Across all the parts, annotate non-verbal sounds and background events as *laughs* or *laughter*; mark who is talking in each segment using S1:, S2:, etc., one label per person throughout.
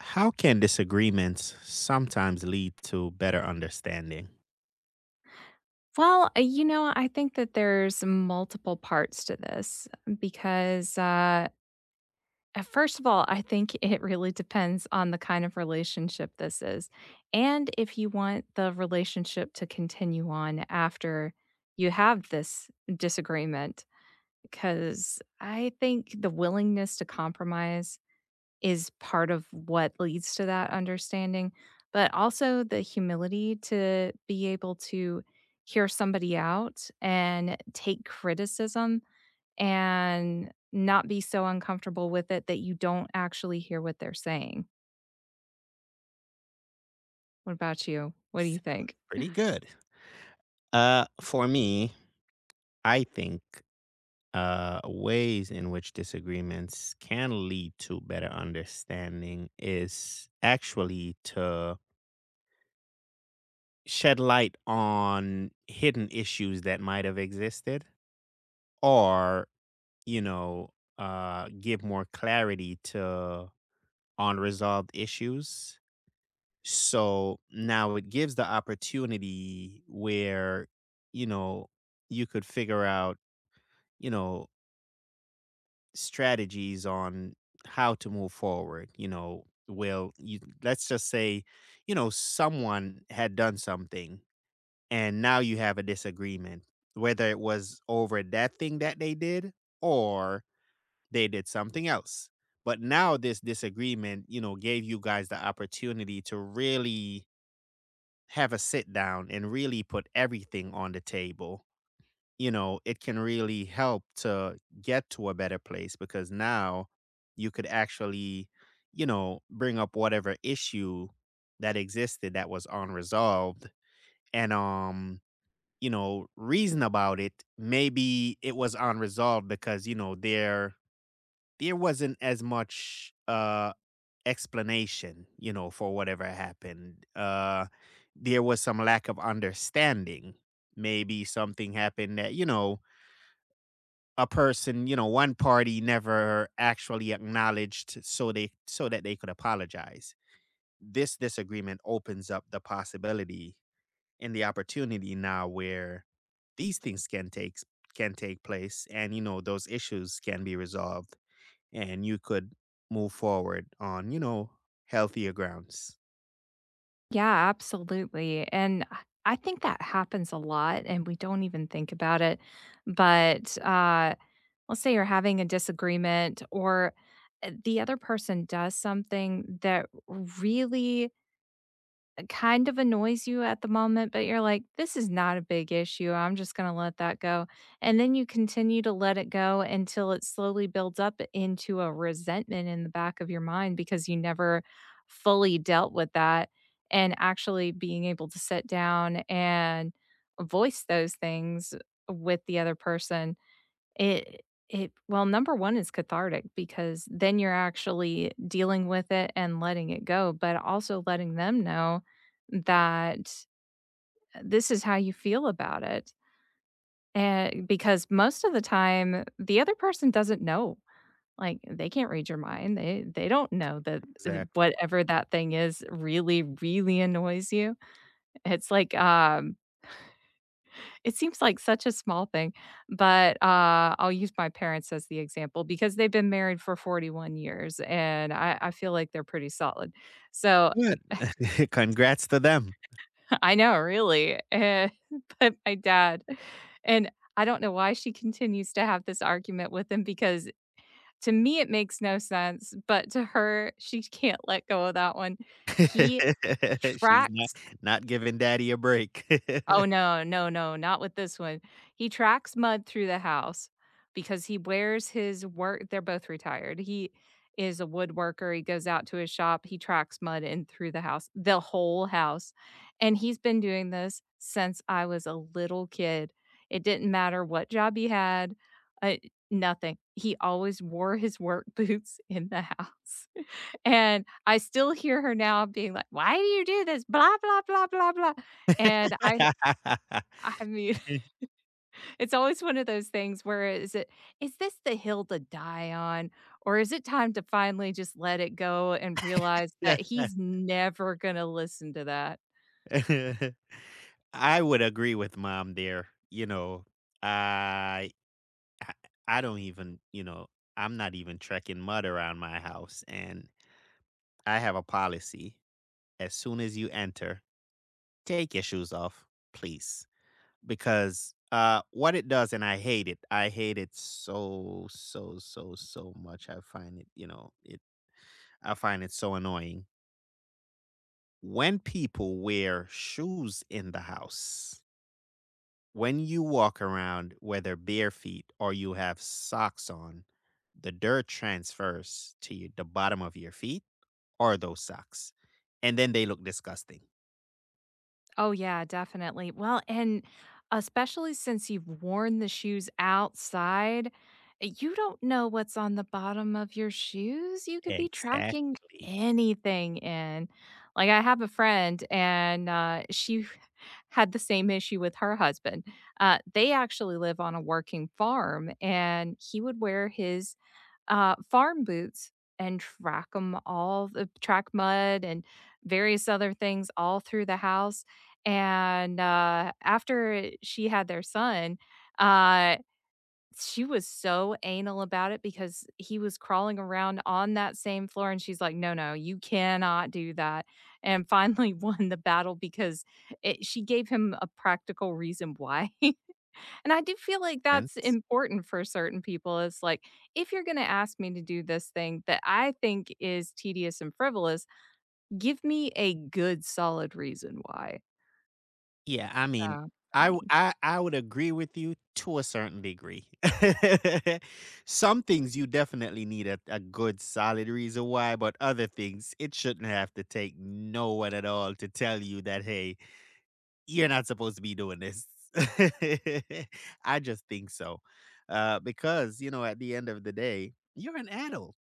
S1: How can disagreements sometimes lead to better understanding?
S2: Well, I think that there's multiple parts to this because first of all, I think *laughs* it really depends on the kind of relationship this is. And if you want the relationship to continue on after you have this disagreement, because I think the willingness to compromise is part of what leads to that understanding, but also the humility to be able to hear somebody out and take criticism and not be so uncomfortable with it that you don't actually hear what they're saying. What about you? What do you
S1: Sounds
S2: think?
S1: pretty good. For me, I think ways in which disagreements can lead to better understanding is actually to shed light on hidden issues that might have existed or, you know, give more clarity to unresolved issues. So now it gives the opportunity where, you know, you could figure out, you know, strategies on how to move forward. You know, well, you let's just say, you know, someone had done something and now you have a disagreement, whether it was over that thing that they did or they did something else. But now this disagreement, you know, gave you guys the opportunity to really have a sit down and really put everything on the table. You know, it can really help to get to a better place because now you could actually, you know, bring up whatever issue that existed that was unresolved and reason about it. Maybe it was unresolved because, you know, there wasn't as much explanation, you know, for whatever happened. There was some lack of understanding. Maybe something happened that, you know, a person, you know, one party never actually acknowledged so that they could apologize. This disagreement opens up the possibility and the opportunity now where these things can take place, and you know those issues can be resolved and you could move forward on, you know, healthier grounds.
S2: Yeah, absolutely. And I think that happens a lot and we don't even think about it. But let's say you're having a disagreement or the other person does something that really kind of annoys you at the moment, but you're like, this is not a big issue. I'm just going to let that go. And then you continue to let it go until it slowly builds up into a resentment in the back of your mind because you never fully dealt with that. And actually being able to sit down and voice those things with the other person it it well, number 1 is cathartic because then you're actually dealing with it and letting it go, but also letting them know that this is how you feel about it. And because most of the time, the other person doesn't know. Like, they can't read your mind. They don't know that th
S1: Exactly.
S2: whatever that thing is really, really annoys you. It's like, it seems like such a small thing, but, I'll use my parents as the example because they've been married for 41 years, and I feel like they're pretty solid. So
S1: Good. *laughs* Congrats to them.
S2: *laughs* I know, really, *laughs* but my dad and I don't know why she continues to have this argument with him because to me it makes no sense, but to her, she can't let go of that one. He
S1: *laughs* She's not
S2: tracks.
S1: not giving daddy a break.
S2: Oh,
S1: *laughs*
S2: no, no, no, not with this one. He tracks mud through the house because he wears his work they're both retired. He is a woodworker, he goes out to his shop, he tracks mud in through the house, the whole house, and he's been doing this since I was a little kid. It didn't matter what job he had, uh, nothing. He always wore his work *laughs* boots in the house, and I still hear her now being like, "Why do you do this? Blah, blah, blah, blah, blah." And I
S1: *laughs*
S2: I mean, *laughs* it's always one of those things where is this the hill to die on, or is it time to finally just let it go and realize that he's never gonna listen to that?
S1: I would agree with mom there. You know, I I I don't even, you know, I'm not even trekking mud around my house, and I have a policy. As soon as you enter, take your shoes off, please. Because, what it does, and I hate it. I hate it so, so, so, so much. I find it, you know, it I find it so annoying. When people wear shoes in the house, when you walk around, whether bare feet or you have socks on, the dirt transfers to your the bottom of your feet or those socks, and then they look disgusting.
S2: Oh, yeah, definitely. Well, and especially since you've worn the shoes outside, you don't know what's on the bottom of your shoes. You could be tracking
S1: Exactly.
S2: anything in. Like, I have a friend, and she *laughs* had the same issue with her husband. They actually live on a working farm, and he would wear his farm boots and track them all the track mud and various other things all through the house. And, after she had their son, uh, she was so anal about it because he was crawling around on that same floor, and she's like, "No, no, you cannot do that." And finally *laughs* won the battle because it she gave him a practical reason why. *laughs* And I do feel like that's important for certain people. It's like, if you're going to ask me to do this thing that I think is tedious and frivolous, give me a good solid reason why.
S1: Yeah, I
S2: So,
S1: mean,
S2: I
S1: I w
S2: mean,
S1: I would agree with you to a certain degree. *laughs* Some things you definitely need a good solid reason why, but other things, it shouldn't have to take no one at all to tell you that, "Hey, you're not supposed to be doing this." *laughs* I just think so. Because, you know, at the end of the day, you're an adult.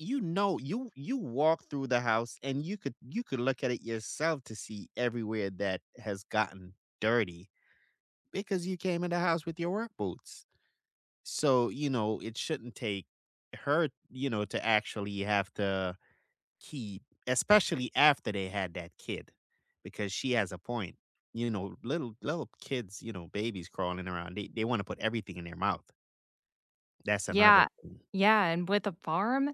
S1: You know, you walk through the house and you could look at it yourself to see everywhere that has gotten dirty because you came in the house with your work boots. So, you know, it shouldn't take her, you know, to actually have to keep, especially after they had that kid, because she has a point. You know, little kids, you know, babies crawling around, they want to put everything in their mouth. That's another
S2: yeah.
S1: thing.
S2: Yeah. And with a farm,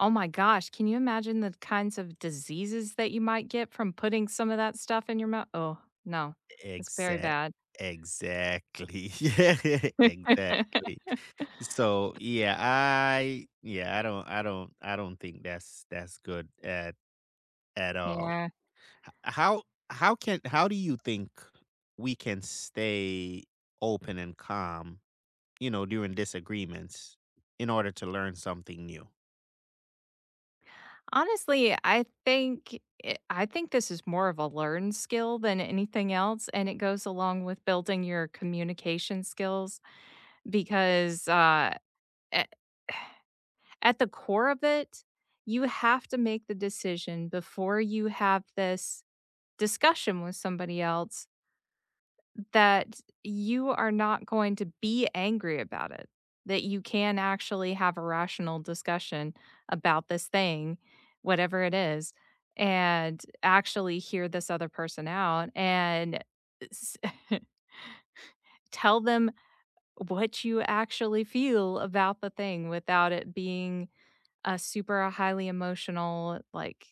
S2: oh my gosh, can you imagine the kinds of diseases that you might get from putting some of that stuff in your mouth? Oh, no, that's very
S1: Exact,
S2: bad.
S1: exactly, *laughs* yeah,
S2: *laughs*
S1: exactly. So yeah, I don't think that's good at all.
S2: Yeah.
S1: H- How how do you think we can stay open and calm, you know, during disagreements in order to learn something new?
S2: Honestly, I think this is more of a learned skill than anything else, and it goes along with building your communication skills because, a at the core of it, you have to make the decision before you have this discussion with somebody else that you are not going to be angry about it, that you can actually have a rational discussion about this thing, whatever it is, and actually hear this other person out and s- *laughs* tell them what you actually feel about the thing without it being a super highly emotional, like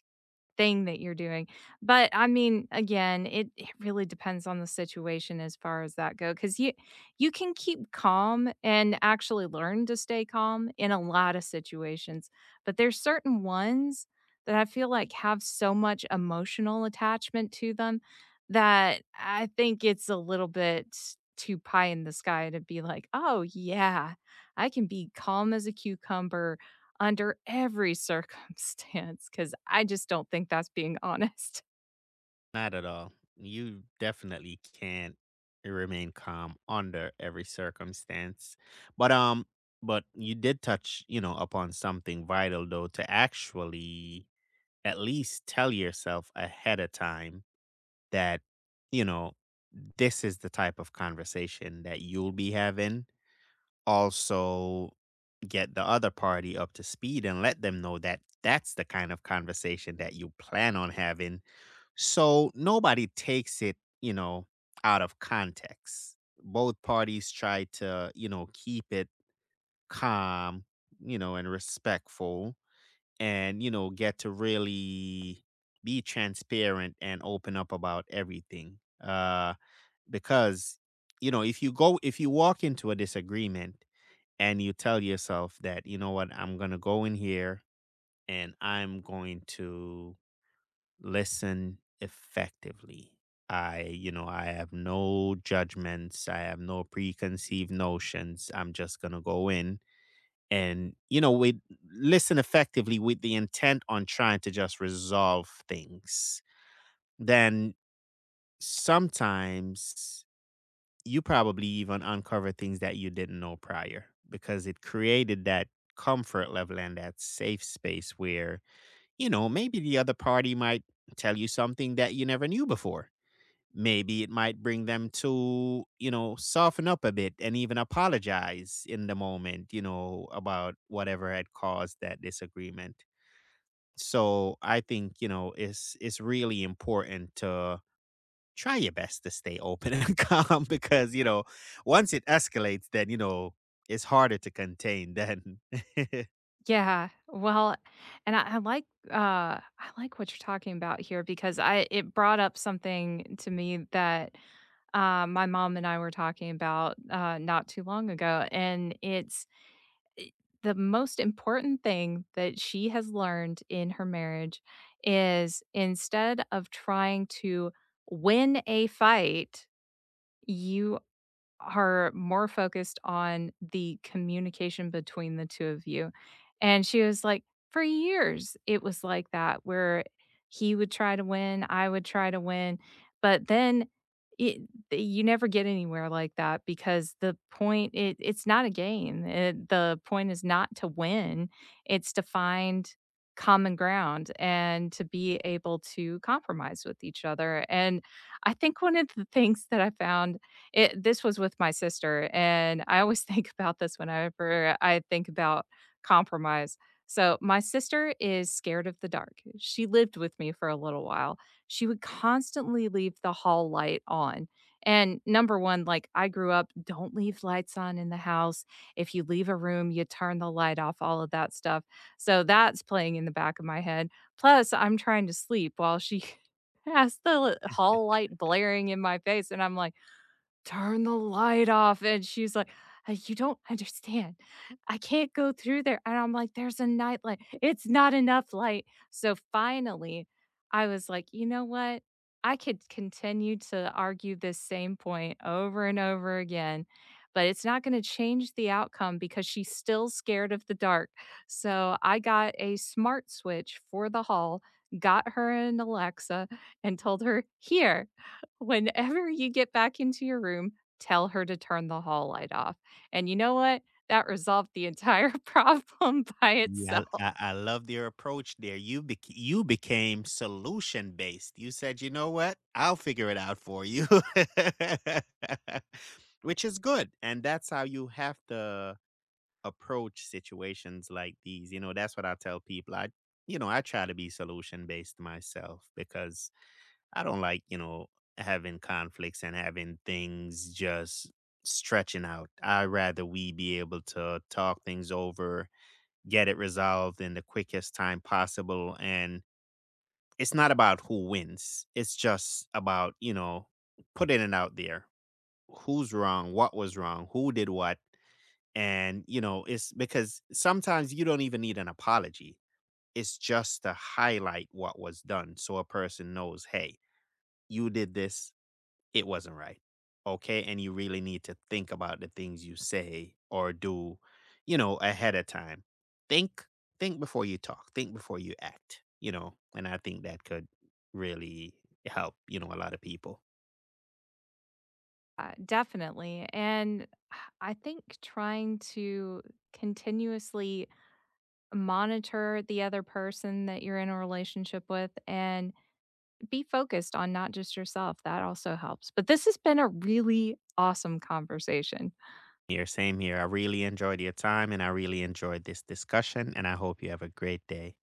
S2: thing that you're doing. But I mean, again, it really depends on the situation as far as that go. Because you can keep calm and actually learn to stay calm in a lot of situations, but there's certain ones that I feel like have so much emotional attachment to them that I think it's a little bit too pie in the sky to be like, "Oh, yeah, I can be calm as a cucumber under every circumstance, because I just don't think that's being *laughs* honest."
S1: Not at all. You definitely can't remain calm under every circumstance. But um but you did touch, you know, upon something vital though, to actually at least tell yourself ahead of time that, you know, this is the type of conversation that you'll be having. Also, get the other party up to speed and let them know that that's the kind of conversation that you plan on having, so nobody takes it, you know, out of context. Both parties try to, you know, keep it calm, you know, and respectful, and you know, get to really be transparent and open up about everything because, you know, if you walk into a disagreement and you tell yourself that, you know what, I'm going to go in here and I'm going to listen effectively. I, you know, I have no judgments, I have no preconceived notions. I'm just going to go in and, you know, we listen effectively with the intent on trying to just resolve things. Then sometimes you probably even uncover things that you didn't know prior because it created that comfort level and that safe space where, you know, maybe the other party might tell you something that you never knew before. Maybe it might bring them to, you know, soften up a bit and even apologize in the moment, you know, about whatever had caused that disagreement. So I think, you know, it's really important to try your best to stay open and *laughs* calm because, you know, once it escalates, then, you know, it's harder to contain then. *laughs*
S2: Yeah, well, and I like what you're talking about here because I it brought up something to me that, my mom and I were talking about, not too long ago, and it's the most important thing that she has learned in her marriage is instead of trying to win a fight, you are more focused on the communication between the two of you," and she was like, "For years, it was like that where he would try to win, I would try to win, but then it you never get anywhere like that because the point, it's not a game, it the point is not to win, it's to find common ground and to be able to compromise with each other," and I think one of the things that I found it this was with my sister, and I always *laughs* think about this whenever I think about compromise. So, my sister is scared of the dark. She lived with me for a little while. She would constantly leave the hall light on. And number 1, like, I grew up, don't leave lights on in the house. If you leave a room, you turn the light off, all of that stuff. So, that's playing in the back of my head. Plus, I'm trying to sleep while she *laughs* has the hall light blaring in my face, and I'm like, "Turn the light off," and she's like, you don't understand. I can't go through there," and I'm like, "There's a night light. It's not enough light." So finally, I was like, "You know what? I could continue to argue this same point over and over again, but it's not gonna change the outcome because she's still scared of the dark." So I got a smart switch for the hall, got her an Alexa, and told her, "Here. Whenever you get back into your room, tell her to turn the hall light off." And you know what? That resolved the entire *laughs* problem by
S1: Yeah,
S2: itself.
S1: I love your approach there. You you became solution based. You said, you know what? I'll figure it out for you, *laughs* which is good. And that's how you have to approach situations like these. You know, that's what I tell people. I, you know, I try to be solution based myself because I don't like, you know, having conflicts and having things just stretching out. I'd rather we be able to talk things over, get it resolved in the quickest time possible. And it's not about who wins, it's just about, you know, putting it out there. Who's wrong? What was wrong? Who did what? And, you know, it's because sometimes you don't even need an apology. It's just to highlight what was done, so a person knows, hey, you did this, it wasn't right. Okay. And you really need to think about the things you say or do, you know, ahead of time. Think, think before you talk, think before you act, you know, and I think that could really help, you know, a lot of people.
S2: Definitely. And I think trying to continuously monitor the other person that you're in a relationship with and be focused on not just yourself, that also helps. But this has been a really awesome conversation.
S1: Here, same here. I really enjoyed your time and I really enjoyed this discussion, and I hope you have a great day.